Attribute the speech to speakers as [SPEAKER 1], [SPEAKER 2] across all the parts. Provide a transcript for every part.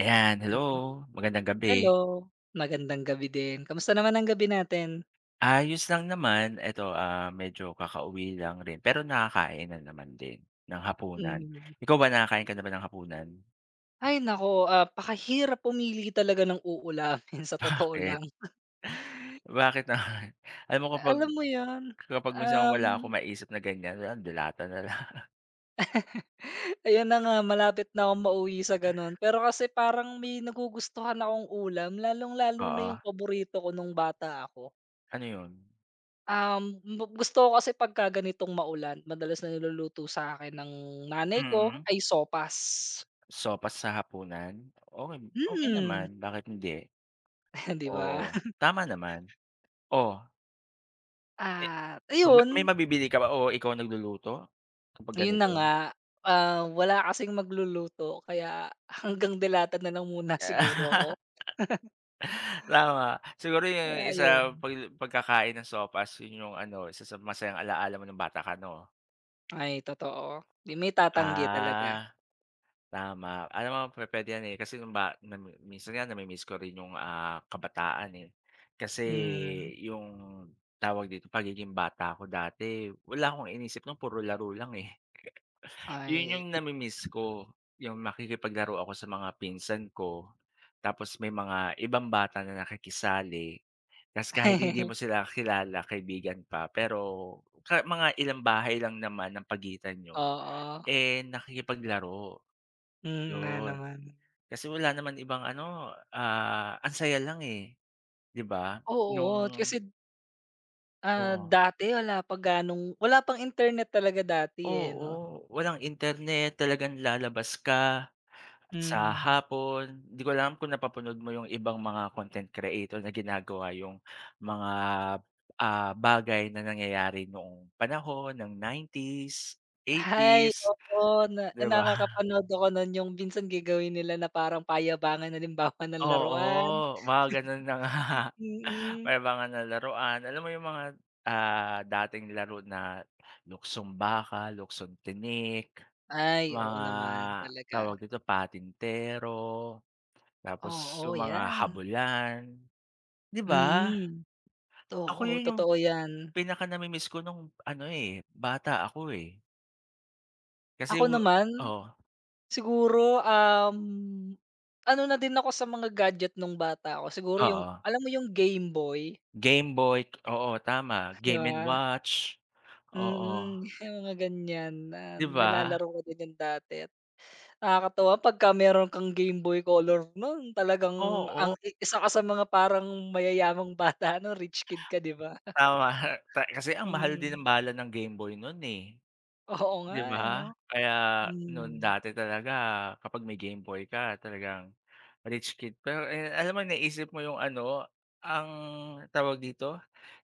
[SPEAKER 1] Ayan, hello, magandang gabi.
[SPEAKER 2] Hello, magandang gabi din. Kamusta naman ang gabi natin?
[SPEAKER 1] Ayos lang naman, eto, ah, medyo kakauwi lang rin pero nakakain na naman din ng hapunan.
[SPEAKER 2] Mm.
[SPEAKER 1] Ikaw ba nakakain ka na ba ng hapunan?
[SPEAKER 2] Ay nako, ah, pakahirap pumili talaga ng uulamin sa totoo
[SPEAKER 1] Bakit?
[SPEAKER 2] lang.
[SPEAKER 1] Bakit naman? Alam mo kapag
[SPEAKER 2] Alam mo 'yun?
[SPEAKER 1] kapag minsan wala akong
[SPEAKER 2] Um,
[SPEAKER 1] maisip na ganyan, ah, delata na lang.
[SPEAKER 2] Ayun na nga malapit na akong mauwi sa gano'n, pero kasi parang may nagugustuhan akong ulam lalong-lalo na
[SPEAKER 1] Oo,
[SPEAKER 2] yung paborito ko nung bata ako.
[SPEAKER 1] ano yun?
[SPEAKER 2] Um, gu Gusto ko kasi pagka ganitong maulan madalas na niluluto sa akin ng nanay ko
[SPEAKER 1] Mm.
[SPEAKER 2] ay sopas.
[SPEAKER 1] Sopas sa hapunan? Okey okey naman,
[SPEAKER 2] Hmm,
[SPEAKER 1] bakit hindi?
[SPEAKER 2] 'di
[SPEAKER 1] Oo,
[SPEAKER 2] ba?
[SPEAKER 1] tama naman. Oh, eh,
[SPEAKER 2] Ah, ayun,
[SPEAKER 1] May mabibili ka ba o ikaw nagluluto kapag
[SPEAKER 2] yun na
[SPEAKER 1] ganito?
[SPEAKER 2] nga, ah, wala kasing magluluto kaya hanggang delata na lang muna siguro ako,
[SPEAKER 1] Tama, siguro yung
[SPEAKER 2] kaya
[SPEAKER 1] isa
[SPEAKER 2] yun.
[SPEAKER 1] pag pagkakain ng sopas yun yung ano isa sa masayang ala-ala mo nung bata ka 'no?
[SPEAKER 2] Ay totoo, di may tatanggi talaga,
[SPEAKER 1] Ah, tama. Alam mo pupuwede yan, eh, kasi nung ba nam minsan nga nami-miss ko rin yung, ah, kabataan, eh. Kasi
[SPEAKER 2] hmm,
[SPEAKER 1] yung tawag dito, pagiging bata ko dati wala akong inisip nun puro laro lang, eh. Yun yung
[SPEAKER 2] ay
[SPEAKER 1] nami-miss ko, yung makikipaglaro ako sa mga pinsan ko, tapos may mga ibang bata na nakikisali. Ta's kahit hindi mo sila kilala, kaibigan pa, pero mga ilang bahay lang naman ang pagitan niyo,
[SPEAKER 2] oo,
[SPEAKER 1] eh, nakikipaglaro,
[SPEAKER 2] yun nga
[SPEAKER 1] yun.
[SPEAKER 2] naman.
[SPEAKER 1] Kasi wala naman ibang ano, ah, ang saya lang, eh, 'di ba?
[SPEAKER 2] Oo,
[SPEAKER 1] Nung
[SPEAKER 2] kasi, ah,
[SPEAKER 1] Oo,
[SPEAKER 2] dati wala pa gaanong wala pang internet talaga dati,
[SPEAKER 1] oo,
[SPEAKER 2] eh, 'no?
[SPEAKER 1] oo, walang internet, talagang lalabas ka. Sa
[SPEAKER 2] Mm.
[SPEAKER 1] hapon, di ko alam kung napapanood mo yung ibang mga content creator na ginagawa yung mga, ah, bagay na nangyayari noong panahon ng 90s,
[SPEAKER 2] Ay
[SPEAKER 1] 80s,
[SPEAKER 2] oo, na
[SPEAKER 1] di
[SPEAKER 2] eh,
[SPEAKER 1] ba?
[SPEAKER 2] nakakapanood ako nun yung minsan gagawin nila na parang payabangan halimbawa ng laruan.
[SPEAKER 1] Oo, mga ganun na nga.
[SPEAKER 2] Mm.
[SPEAKER 1] May mga na laruan, alam mo yung mga, ah, dating laro na luksong baka, luksong tinik,
[SPEAKER 2] Ay, oo
[SPEAKER 1] mga
[SPEAKER 2] naman talaga.
[SPEAKER 1] tawag dito, patintero, tapos yung
[SPEAKER 2] Oo,
[SPEAKER 1] mga
[SPEAKER 2] 'yan.
[SPEAKER 1] habulan, di ba?
[SPEAKER 2] Mm.
[SPEAKER 1] Ako
[SPEAKER 2] Oo,
[SPEAKER 1] yun yung
[SPEAKER 2] totoo 'yan.
[SPEAKER 1] pinaka-namimiss ko nung ano, eh, bata ako, eh. Kasi
[SPEAKER 2] Ako naman,
[SPEAKER 1] oo,
[SPEAKER 2] siguro, ano na din ako sa mga gadget nung bata ako. Siguro yung
[SPEAKER 1] oo.
[SPEAKER 2] alam mo yung Game Boy,
[SPEAKER 1] Gameboy, oo, tama.
[SPEAKER 2] 'di
[SPEAKER 1] Game and
[SPEAKER 2] ba?
[SPEAKER 1] Watch, oo,
[SPEAKER 2] Mm, yung mga ganyan na
[SPEAKER 1] 'di ba?
[SPEAKER 2] nilalaro ko din yun dati at nakakatuwa pagka meron kang Game Boy Color nun talagang
[SPEAKER 1] Oo,
[SPEAKER 2] ang isa ka sa mga parang mayayamang bata ano, rich kid ka, 'di ba?
[SPEAKER 1] tama. Ta kasi ang mahal din
[SPEAKER 2] Mm.
[SPEAKER 1] ang bala ng Game Boy nun, eh.
[SPEAKER 2] Oo nga,
[SPEAKER 1] 'Di
[SPEAKER 2] eh,
[SPEAKER 1] ba?
[SPEAKER 2] 'no?
[SPEAKER 1] Kaya no'n
[SPEAKER 2] Hmm,
[SPEAKER 1] dati talaga kapag may Game Boy ka talagang rich kid. Pero, eh, alam mo naisip mo 'yung ano, ang tawag dito,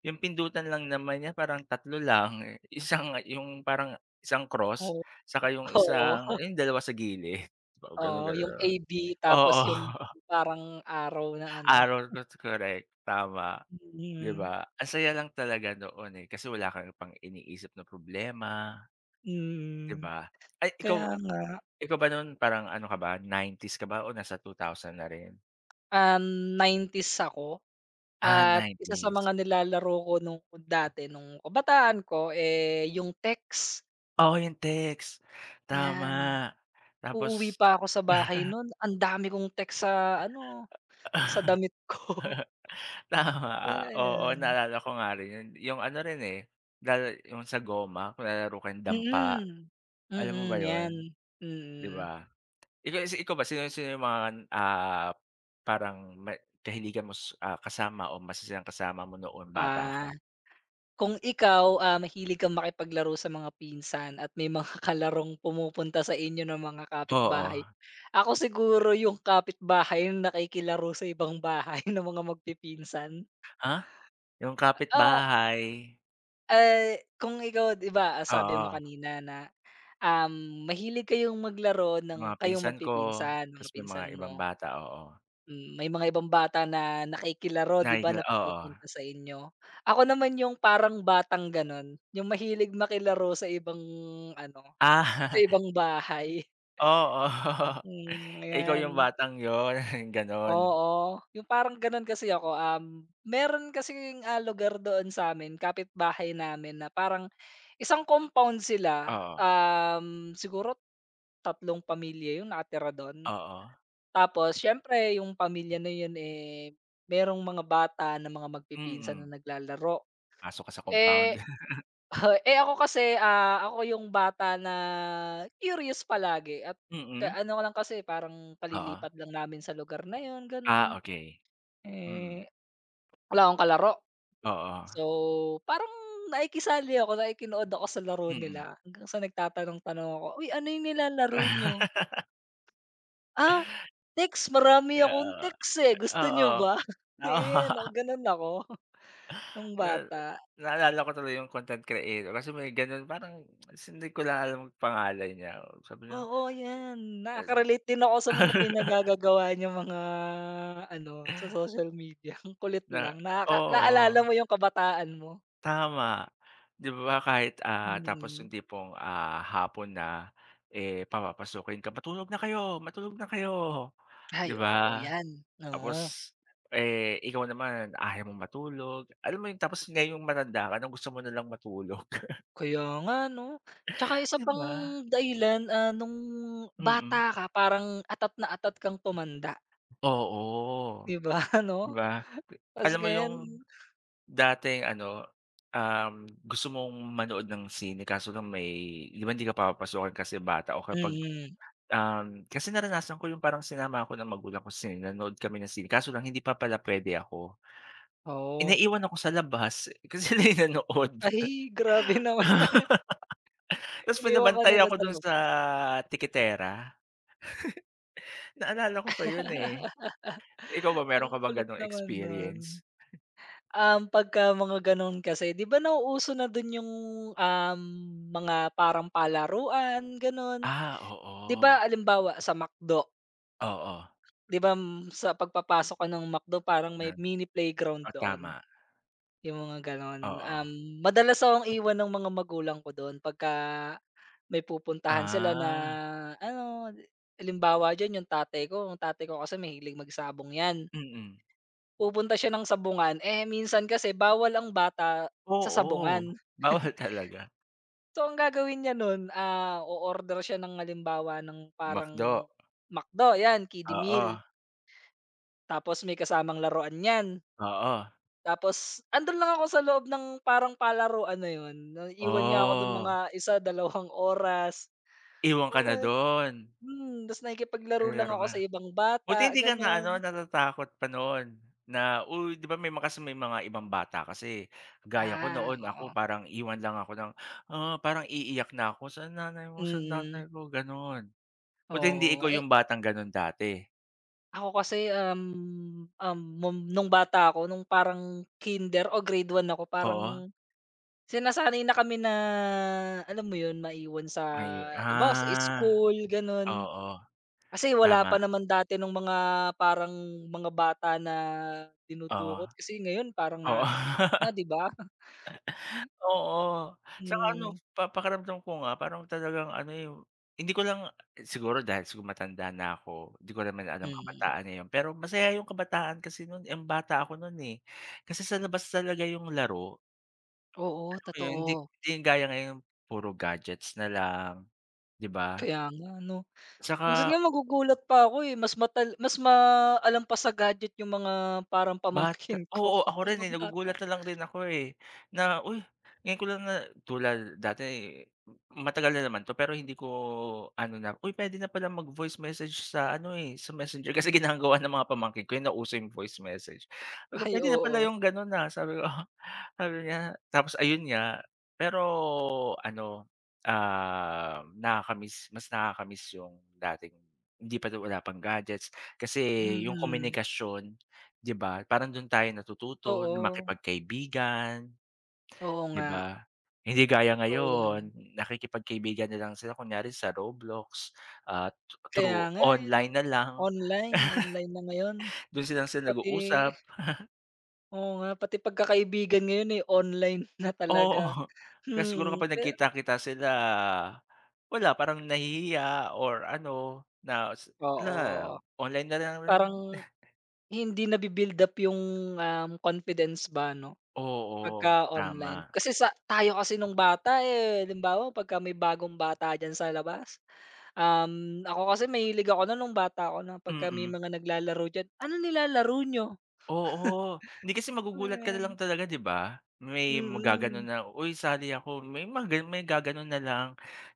[SPEAKER 1] 'yung pindutan lang naman niya parang tatlo lang, isang 'yung parang isang cross,
[SPEAKER 2] oo,
[SPEAKER 1] saka 'yung isang
[SPEAKER 2] oo,
[SPEAKER 1] eh, 'yung dalawa sa gilid, gano'n
[SPEAKER 2] oo, yung
[SPEAKER 1] gano'n.
[SPEAKER 2] AB tapos
[SPEAKER 1] Oo,
[SPEAKER 2] yung parang araw na ano.
[SPEAKER 1] araw ko correct, tama, 'di
[SPEAKER 2] Mm,
[SPEAKER 1] ba? Ang saya lang talaga noon, eh, kasi wala kang pang iniisip na problema, 'di
[SPEAKER 2] mm.
[SPEAKER 1] ba? Ay ikaw
[SPEAKER 2] Kaya nga,
[SPEAKER 1] Ikaw ba nun parang ano ka ba, 90s ka ba o nasa 2000 na rin?
[SPEAKER 2] um, 90s's ako
[SPEAKER 1] Ah,
[SPEAKER 2] at isa sa
[SPEAKER 1] 90s.
[SPEAKER 2] mga nilalaro ko nung dati nung kabataan ko, eh, yung text,
[SPEAKER 1] Oo, yung text,
[SPEAKER 2] 'yan.
[SPEAKER 1] tama.
[SPEAKER 2] Uuwi
[SPEAKER 1] Tapos
[SPEAKER 2] pa ako sa bahay nun ang dami kong text sa ano, sa damit ko,
[SPEAKER 1] tama, oo,
[SPEAKER 2] 'yan.
[SPEAKER 1] naalala ko nga rin yun. Yung ano rin, eh, lala yung sa goma, kung naglalaro kayong dampa.
[SPEAKER 2] Mm,
[SPEAKER 1] Alam mo ba
[SPEAKER 2] mm, 'yan,
[SPEAKER 1] yon? 'Di
[SPEAKER 2] mm.
[SPEAKER 1] ba? Ikaw ba sino-sino yung mga, ah, parang may kahiligan mo ah, kasama o masasayang kasama mo noon bata ka?
[SPEAKER 2] Ah. Kung ikaw, ah, mahilig kang makipaglaro sa mga pinsan at may mga kalarong pumupunta sa inyo ng mga
[SPEAKER 1] Oo.
[SPEAKER 2] kapitbahay. Ako siguro yung kapitbahay na nakikilaro sa ibang bahay ng mga magpipinsan.
[SPEAKER 1] Ha? Yung
[SPEAKER 2] Ah,
[SPEAKER 1] kapitbahay.
[SPEAKER 2] eh, kung ikaw 'di ba, ah, sabi mo
[SPEAKER 1] Oo,
[SPEAKER 2] kanina na, mahilig kayong maglaro ng
[SPEAKER 1] mga
[SPEAKER 2] kayong
[SPEAKER 1] pinsan ko,
[SPEAKER 2] magpipinsan, mga
[SPEAKER 1] ta's may mga
[SPEAKER 2] pinsan mo.
[SPEAKER 1] ibang bata, oo.
[SPEAKER 2] Hmm, may mga ibang bata na nakikilaro 'di ba, na
[SPEAKER 1] Oo.
[SPEAKER 2] pumupunta sa inyo? Ako naman yung parang batang gano'n, yung mahilig makilaro sa ibang ano, sa
[SPEAKER 1] Ah,
[SPEAKER 2] ibang bahay.
[SPEAKER 1] oo.
[SPEAKER 2] Hmm,
[SPEAKER 1] Ikaw
[SPEAKER 2] ayan.
[SPEAKER 1] yung batang yun, gano'n.
[SPEAKER 2] Oo, yung parang gano'n kasi ako, meron kasing, ah, lugar doon sa'min, kapitbahay namin na parang isang compound sila,
[SPEAKER 1] Oo,
[SPEAKER 2] siguro tatlong pamilya yun nakatira do'n.
[SPEAKER 1] oo,
[SPEAKER 2] Tapos siyempre yung pamilya na yun, eh, merong mga bata na mga magpipinsan na
[SPEAKER 1] mm.
[SPEAKER 2] naglalaro.
[SPEAKER 1] Pasok ka sa compound.
[SPEAKER 2] Eh, eh, ako kasi, ah, ako yung bata na curious palagi at ka
[SPEAKER 1] Mm,
[SPEAKER 2] ano ko lang kasi parang
[SPEAKER 1] oo.
[SPEAKER 2] kalilipat lang namin sa lugar na yun,
[SPEAKER 1] Ah,
[SPEAKER 2] gano'n.
[SPEAKER 1] okay. Mm,
[SPEAKER 2] Eh, wala akong kalaro.
[SPEAKER 1] oo,
[SPEAKER 2] So, parang naikisali ako, nakikinood ako sa laro
[SPEAKER 1] mm.
[SPEAKER 2] nila hanggang sa nagtatanong-tanong ako, "Uy, ano yung nilalaro niyo?" "Ah, Text, marami
[SPEAKER 1] Oo,
[SPEAKER 2] akong text, eh, gusto niyo
[SPEAKER 1] oo,
[SPEAKER 2] ba? Ayan, oh,
[SPEAKER 1] tama.
[SPEAKER 2] gano'n ako nung
[SPEAKER 1] Na
[SPEAKER 2] bata.
[SPEAKER 1] naalala ko tuloy yung content creator kasi may gano'n parang ta's hindi ko lang alam ang pangalan niya, sabi niya,
[SPEAKER 2] Oo, 'yan,
[SPEAKER 1] eh.
[SPEAKER 2] nakaka-relate din ako sa mga pinagagagawa niyang mga ano, sa social media. Ang kulit
[SPEAKER 1] Na
[SPEAKER 2] lang, naalala
[SPEAKER 1] Oo,
[SPEAKER 2] mo yung kabataan mo?
[SPEAKER 1] tama. 'Di ba kahit, ah, tapos
[SPEAKER 2] Mm.
[SPEAKER 1] yung tipong, ah, hapon na, eh, papapasukin ka, "Matulog na kayo, matulog na kayo."
[SPEAKER 2] Ay,
[SPEAKER 1] 'Di ba?
[SPEAKER 2] oo 'yan,
[SPEAKER 1] Tapos,
[SPEAKER 2] oo.
[SPEAKER 1] eh, ikaw naman ayaw mong matulog. Alam mo yun, tapos ngayong matanda ka na gusto mo na lang matulog,
[SPEAKER 2] Kaya nga 'no. Tsaka isa
[SPEAKER 1] 'di
[SPEAKER 2] pang
[SPEAKER 1] ba?
[SPEAKER 2] dahilan, ah, nung
[SPEAKER 1] Mm.
[SPEAKER 2] bata ka parang atat na atat kang tumanda,
[SPEAKER 1] Oo,
[SPEAKER 2] 'di ba, 'no?
[SPEAKER 1] 'di ba?
[SPEAKER 2] Ta's
[SPEAKER 1] Alam mo
[SPEAKER 2] ngayon
[SPEAKER 1] yung dating ano, gusto mong manood ng sine kaso lang may 'di ba hindi ka papapasukin kasi bata o kapag
[SPEAKER 2] mm,
[SPEAKER 1] Kasi naranasan ko yung parang sinama ako ng magulang ko sa sine, nanood kami ng sine, kaso lang hindi pa pala puwede ako. Eh,
[SPEAKER 2] oo.
[SPEAKER 1] naiwan ako sa labas kasi sila yung nanood.
[SPEAKER 2] Ay, grabe naman.
[SPEAKER 1] Tapos
[SPEAKER 2] Iniwan ka
[SPEAKER 1] pinabantay
[SPEAKER 2] nila
[SPEAKER 1] ako
[SPEAKER 2] sa
[SPEAKER 1] dun sa
[SPEAKER 2] labas.
[SPEAKER 1] tikitera. Naalala ko pa yun, eh. Ikaw ba
[SPEAKER 2] Ang
[SPEAKER 1] meron ka bang
[SPEAKER 2] kulit
[SPEAKER 1] gano'ng
[SPEAKER 2] naman nun.
[SPEAKER 1] experience?
[SPEAKER 2] Pagka mga ganun kasi 'di ba nauuso na dun yung, um, mga parang palaruan ganun.
[SPEAKER 1] Ah,
[SPEAKER 2] 'Di
[SPEAKER 1] oo.
[SPEAKER 2] ba alimbawa sa McDo,
[SPEAKER 1] Oo,
[SPEAKER 2] 'di ba sa pagpapasok ka ng McDo parang may
[SPEAKER 1] nan
[SPEAKER 2] mini playground
[SPEAKER 1] oh, tama,
[SPEAKER 2] doon, yung mga ganon.
[SPEAKER 1] oo.
[SPEAKER 2] Madalas akong iwan ng mga magulang ko dun pagka may pupuntahan sila na
[SPEAKER 1] Ah,
[SPEAKER 2] ano, alimbawa diyan yung tatay ko, kasi mahilig magsabong yan.
[SPEAKER 1] mm.
[SPEAKER 2] Pupunta siya ng sabungan, eh, minsan kasi bawal ang bata sa
[SPEAKER 1] Oo,
[SPEAKER 2] sabungan.
[SPEAKER 1] bawal talaga.
[SPEAKER 2] So, ang gagawin niya nun, ah, o-order siya ng halimbawa ng parang
[SPEAKER 1] McDo,
[SPEAKER 2] McDo, 'yan, kiddie meal,
[SPEAKER 1] oo,
[SPEAKER 2] tapos may kasamang laruan niyan.
[SPEAKER 1] oo.
[SPEAKER 2] Tapos andun lang ako sa loob ng parang palaruan na yun, na iwan niya ako dun mga
[SPEAKER 1] Oh,
[SPEAKER 2] 1, 2 oras.
[SPEAKER 1] iwan ka na
[SPEAKER 2] Ah,
[SPEAKER 1] dun.
[SPEAKER 2] hmm, ta's nakikipaglaro lang
[SPEAKER 1] Naglalaro
[SPEAKER 2] ako
[SPEAKER 1] ka.
[SPEAKER 2] sa ibang
[SPEAKER 1] Buti
[SPEAKER 2] bata,
[SPEAKER 1] hindi ka na ano,
[SPEAKER 2] gano'n.
[SPEAKER 1] natatakot pa noon na, uy, 'di ba may mga kasi may mga ibang bata kasi gaya ko
[SPEAKER 2] Ah,
[SPEAKER 1] noon ako
[SPEAKER 2] oo.
[SPEAKER 1] parang iwan lang ako ng, ah, parang iiyak na ako, "Saan nanay mo, saan
[SPEAKER 2] Mm,
[SPEAKER 1] tatay ko?" Gano'n. Buti hindi
[SPEAKER 2] oo.
[SPEAKER 1] ikaw yung batang gano'n dati?
[SPEAKER 2] Ako kasi, um, um, mom nung bata ako nung parang kinder o grade 1 ako
[SPEAKER 1] Oo,
[SPEAKER 2] parang sinasanay na kami na alam mo yun maiwan sa
[SPEAKER 1] may
[SPEAKER 2] halimbawa sa
[SPEAKER 1] ah,
[SPEAKER 2] school ganun.
[SPEAKER 1] oo,
[SPEAKER 2] Kasi wala
[SPEAKER 1] tama,
[SPEAKER 2] pa naman dati nung mga parang mga bata na
[SPEAKER 1] oo,
[SPEAKER 2] dinudukot kasi ngayon parang
[SPEAKER 1] oo.
[SPEAKER 2] nakakatakot na 'di ba?
[SPEAKER 1] Oo, saka ano
[SPEAKER 2] Hmm,
[SPEAKER 1] pa pakiramdam ko nga parang talagang ano, eh, hindi ko lang siguro dahil siguro matanda na ako, di ko naman alam
[SPEAKER 2] mm.
[SPEAKER 1] kabataan ngayon. Pero masaya yung kabataan kasi nun, ang bata ako nun, eh. Kasi sa labas talaga yung laro,
[SPEAKER 2] Oo,
[SPEAKER 1] alam mo yun? Hindi
[SPEAKER 2] totoo.
[SPEAKER 1] hindi gaya ngayon puro gadgets na lang, di ba?
[SPEAKER 2] Kaya nga ano. Minsan
[SPEAKER 1] Saka
[SPEAKER 2] nga magugulat pa ako, eh, mas maalam pa sa gadget yung mga parang
[SPEAKER 1] bata
[SPEAKER 2] pamangkin ko,
[SPEAKER 1] oo, ako rin,
[SPEAKER 2] mga
[SPEAKER 1] eh,
[SPEAKER 2] bata.
[SPEAKER 1] nagugulat na lang din ako, eh, na, uy, ngayon ko lang na tulad dati matagal na naman 'to pero hindi ko ano na, uy, puwede na pala mag-voice message sa ano, eh, sa Messenger kasi ginagawa ng mga pamangkin ko yun, nauso yung voice message. Sabi ko,
[SPEAKER 2] Ay,
[SPEAKER 1] puwede na pala
[SPEAKER 2] oo.
[SPEAKER 1] yung gano'n, ah, sabi ko, sabi niya tapos ayun nga, pero ano, ah, nakaka-miss mas nakaka-miss yung dating hindi pa wala pang gadgets kasi yung
[SPEAKER 2] Mm,
[SPEAKER 1] komunikasyon. 'Di ba, parang dun tayo natututo na
[SPEAKER 2] totoo.
[SPEAKER 1] makipagkaibigan,
[SPEAKER 2] Oo
[SPEAKER 1] 'di
[SPEAKER 2] nga,
[SPEAKER 1] ba? Hindi gaya
[SPEAKER 2] totoo 'yan.
[SPEAKER 1] ngayon, nakikipagkaibigan na lang sila kunyari sa Roblox, ah,
[SPEAKER 2] Kaya
[SPEAKER 1] through
[SPEAKER 2] nga, eh, 'no?
[SPEAKER 1] online na lang,
[SPEAKER 2] Online, online na ngayon.
[SPEAKER 1] dun sila
[SPEAKER 2] Pati
[SPEAKER 1] nag-uusap,
[SPEAKER 2] oo nga, pati pagkakaibigan ngayon, eh, online na
[SPEAKER 1] oo.
[SPEAKER 2] talaga.
[SPEAKER 1] Kaya siguro
[SPEAKER 2] Hmm,
[SPEAKER 1] kapag nagkita-kita sila, wala parang nahihiya or ano na, na
[SPEAKER 2] oo.
[SPEAKER 1] online na lang rin.
[SPEAKER 2] Parang hindi na build up yung, confidence ba, 'no?
[SPEAKER 1] Oo,
[SPEAKER 2] Pagka
[SPEAKER 1] tama,
[SPEAKER 2] online. Kasi sa tayo kasi nung bata, eh, halimbawa pagka may bagong bata diyan sa labas, ako kasi mahilig ako na nung bata ako na pagka may
[SPEAKER 1] mm.
[SPEAKER 2] mga naglalaro diyan, "Ano nilalaro nyo?"
[SPEAKER 1] Oo, hindi kasi magugulat ka na lang
[SPEAKER 2] Ayan.
[SPEAKER 1] talaga 'di ba? May magaganon
[SPEAKER 2] Mm,
[SPEAKER 1] na, "Uy sali ako." May mga gano'n may gaganon na lang.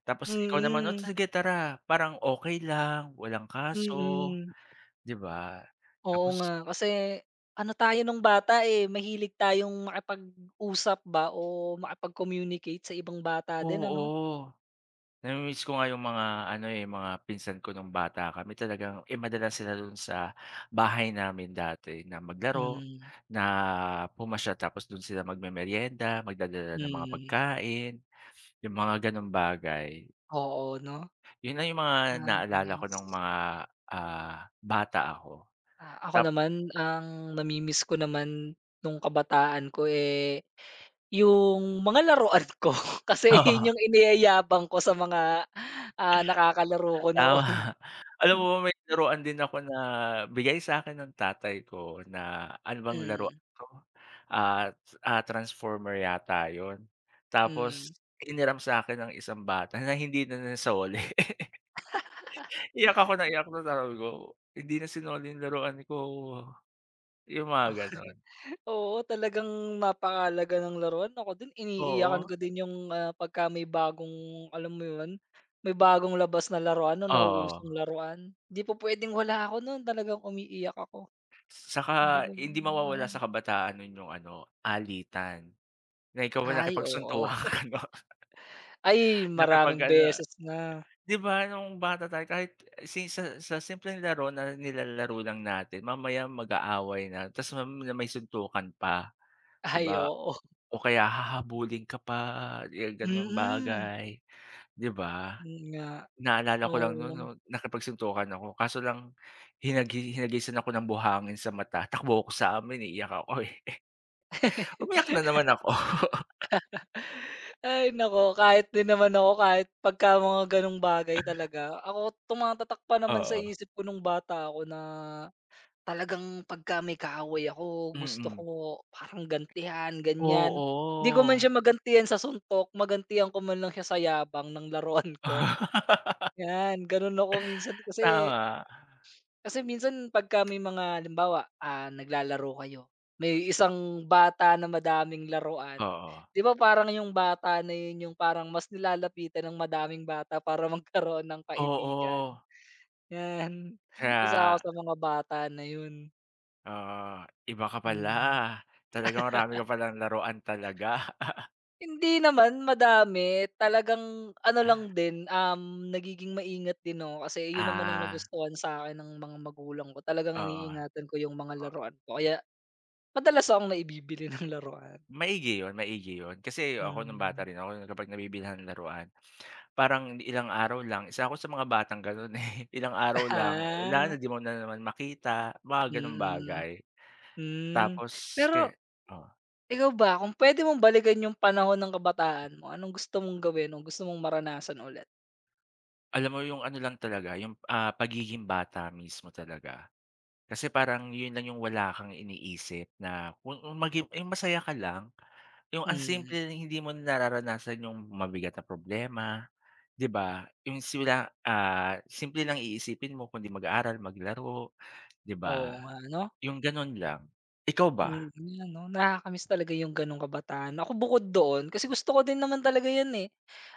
[SPEAKER 1] Tapos ikaw naman, "O
[SPEAKER 2] mm,
[SPEAKER 1] sige tara." Parang okay lang, walang kaso,
[SPEAKER 2] mm.
[SPEAKER 1] 'di ba?
[SPEAKER 2] Oo
[SPEAKER 1] Tapos
[SPEAKER 2] nga, kasi ano tayo nung bata, eh, mahilig tayong makipag-usap ba o makipag-communicate sa ibang bata din ano?
[SPEAKER 1] oo, nami-miss ko nga yung mga ano, eh, mga pinsan ko nung bata kami talagang, eh, madalas sila dun sa bahay namin dati na maglaro,
[SPEAKER 2] Hmm,
[SPEAKER 1] na pumasya tapos dun sila magmemeryenda, magdadala ng mga
[SPEAKER 2] mm.
[SPEAKER 1] pagkain, yung mga gano'ng bagay.
[SPEAKER 2] Oo 'no?
[SPEAKER 1] Yun na yung mga
[SPEAKER 2] Ah,
[SPEAKER 1] naalala ko nung
[SPEAKER 2] nice.
[SPEAKER 1] mga, ah, bata ako.
[SPEAKER 2] Ah, ako
[SPEAKER 1] Tap
[SPEAKER 2] naman ang nami ko naman nung kabataan ko, eh, yung mga laruan ko kasi
[SPEAKER 1] oo,
[SPEAKER 2] yun yung iniyayabang ko sa mga, ah, nakakalaro ko
[SPEAKER 1] tama.
[SPEAKER 2] noon.
[SPEAKER 1] Alam mo ba may laruan din ako na bigay sa'kin ng tatay ko na ano bang laruan
[SPEAKER 2] Mm,
[SPEAKER 1] 'to, ah, ah, transformer yata yun. Tapos
[SPEAKER 2] mm.
[SPEAKER 1] hiniram sa'kin ng isang bata na hindi na nasoli. Iyak ako ng iyak nun sabi ko, "Hindi na sinoli yung laruan ko." Yung mga gano'n.
[SPEAKER 2] Oo, talagang napakahalaga ng laruan. Ako din iniiyakan
[SPEAKER 1] Oo,
[SPEAKER 2] ko din yung, ah, pagka may bagong alam mo yun, may bagong labas na laruan o
[SPEAKER 1] oo.
[SPEAKER 2] nauusong laruan. Di po puwedeng wala ako nun, talagang umiiyak ako. Sabi
[SPEAKER 1] Saka
[SPEAKER 2] ko,
[SPEAKER 1] hindi mawawala
[SPEAKER 2] "Ah."
[SPEAKER 1] sa kabataan nun yung ano, alitan, na ikaw ba
[SPEAKER 2] "Ay oo."
[SPEAKER 1] nakipagsuntukan ka no,
[SPEAKER 2] Ay,
[SPEAKER 1] nakipag
[SPEAKER 2] maraming
[SPEAKER 1] ano
[SPEAKER 2] beses na.
[SPEAKER 1] 'di ba nung bata tayo kahit si sa simpleng laro na nilalaro lang natin mamaya mag-aaway na ta's na may suntukan pa, 'di
[SPEAKER 2] Ay,
[SPEAKER 1] ba?
[SPEAKER 2] oo.
[SPEAKER 1] O kaya hahabulin ka pa, yung gano'ng
[SPEAKER 2] Mm,
[SPEAKER 1] bagay, 'di ba?
[SPEAKER 2] yun nga,
[SPEAKER 1] Naalala ko lang nun 'no,
[SPEAKER 2] oo.
[SPEAKER 1] nakipagsuntukan ako kaso lang hinagisan ako ng buhangin sa mata, takbo ako sa amin, eh, iyak ako, eh. Umiyak na naman ako.
[SPEAKER 2] Ay nako kahit din naman ako, kahit pagka mga gano'ng bagay talaga, ako tumatatak pa naman sa
[SPEAKER 1] Oo.
[SPEAKER 2] isip ko nung bata ako na talagang pagka may kaaway ako, gusto
[SPEAKER 1] Mm.
[SPEAKER 2] ko parang gantihan, ganyan. Hindi ko
[SPEAKER 1] Oo.
[SPEAKER 2] man siya magantihan sa suntok, magantihan ko man lang siya sa yabang ng laruan ko. 'Yan, gano'n ako minsan kasi
[SPEAKER 1] Tama.
[SPEAKER 2] Kasi minsan pagka may mga halimbawa, ah, naglalaro kayo, may isang bata na madaming laruan,
[SPEAKER 1] Oo.
[SPEAKER 2] 'di ba parang yung bata na yun yung parang mas nilalapitan ng madaming bata para magkaroon ng kaibigan,
[SPEAKER 1] Oo.
[SPEAKER 2] yan. Isa ako
[SPEAKER 1] Kaya,
[SPEAKER 2] sa mga bata na yun,
[SPEAKER 1] oo, iba ka pala.
[SPEAKER 2] mm.
[SPEAKER 1] Talagang marami ka palang laruan talaga.
[SPEAKER 2] Hindi naman madami, talagang ano lang din, nagiging maingat din ako kasi yun naman ang
[SPEAKER 1] Ah,
[SPEAKER 2] nagustuhan sa'kin ng mga magulang ko, talagang
[SPEAKER 1] oo,
[SPEAKER 2] iniingatan ko yung mga
[SPEAKER 1] oo.
[SPEAKER 2] laruan ko kaya madalas akong naibibili ng laruan.
[SPEAKER 1] Maigi 'yun, maigi 'yun. Kasi ako nung
[SPEAKER 2] Hmm.
[SPEAKER 1] bata rin ako kapag nabibilhan ng laruan, parang ilang araw lang isa ako sa mga batang gano'n, eh. Ilang araw lang, wala na,
[SPEAKER 2] Ah,
[SPEAKER 1] 'di mo na naman makita, mga gano'ng
[SPEAKER 2] mm,
[SPEAKER 1] bagay.
[SPEAKER 2] hmm.
[SPEAKER 1] Tapos kaya,
[SPEAKER 2] Pero ikaw ba kung puwede mong balikan yung panahon ng kabataan mo, anong gusto mong gawin o gusto mong maranasan ulit?
[SPEAKER 1] alam mo yung ano lang talaga, yung, ah, pagiging bata mismo talaga. Kasi parang yun lang yung wala kang iniisip na kung maging yung masaya ka lang. Yung ang simple
[SPEAKER 2] Mm,
[SPEAKER 1] na hindi mo nararanasan yung mabigat na problema, 'di ba? Yung simula, ah, simple lang iisipin mo kundi mag-aral, maglaro, 'di
[SPEAKER 2] oo
[SPEAKER 1] ba?
[SPEAKER 2] nga 'no?
[SPEAKER 1] Yung gano'n lang. Ikaw ba?
[SPEAKER 2] Mm, yun 'no, nakakamiss talaga yung gano'ng kabataan. Ako bukod doon kasi gusto ko din naman talaga yun, eh.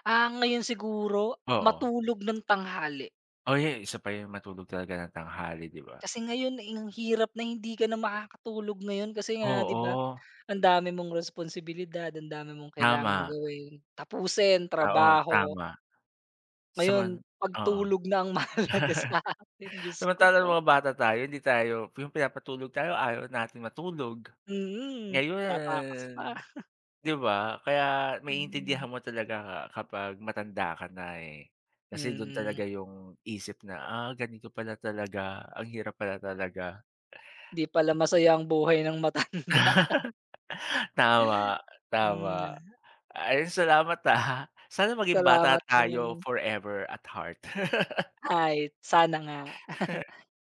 [SPEAKER 2] Ah, ngayon siguro
[SPEAKER 1] Oo.
[SPEAKER 2] matulog ng tanghali.
[SPEAKER 1] Oh, yeah, isa pa yung matulog talaga ng tanghali, 'di ba?
[SPEAKER 2] Kasi ngayon, eh, ang hirap na hindi ka na makakatulog ngayon kasi nga 'di ba?
[SPEAKER 1] Oo,
[SPEAKER 2] Ang dami mong responsibilidad, ang dami mong kailangang
[SPEAKER 1] tama.
[SPEAKER 2] gawin, tapusin,
[SPEAKER 1] Oo,
[SPEAKER 2] trabaho.
[SPEAKER 1] tama.
[SPEAKER 2] Ngayon,
[SPEAKER 1] Saman oo.
[SPEAKER 2] pagtulog na ang mahalaga sa atin Diyos ko
[SPEAKER 1] Samantalang nung
[SPEAKER 2] po.
[SPEAKER 1] mga bata tayo hindi tayo yung pinapatulog tayo ayaw natin matulog.
[SPEAKER 2] Mm, tatakas pa.
[SPEAKER 1] Ngayon, 'di ba? Kaya
[SPEAKER 2] Hmm,
[SPEAKER 1] maiintindihan mo talaga kapag matanda ka na, eh. Kasi dun
[SPEAKER 2] mm.
[SPEAKER 1] talaga yung isip na, ah, ganito pala talaga, ang hirap pala talaga.
[SPEAKER 2] 'Di pala masaya ang buhay ng matanda.
[SPEAKER 1] Tama,
[SPEAKER 2] Hmm,
[SPEAKER 1] tama. Ayun, salamat, ah. Sana maging bata
[SPEAKER 2] salamat
[SPEAKER 1] tayo
[SPEAKER 2] din.
[SPEAKER 1] forever at heart.
[SPEAKER 2] Ay, sana nga.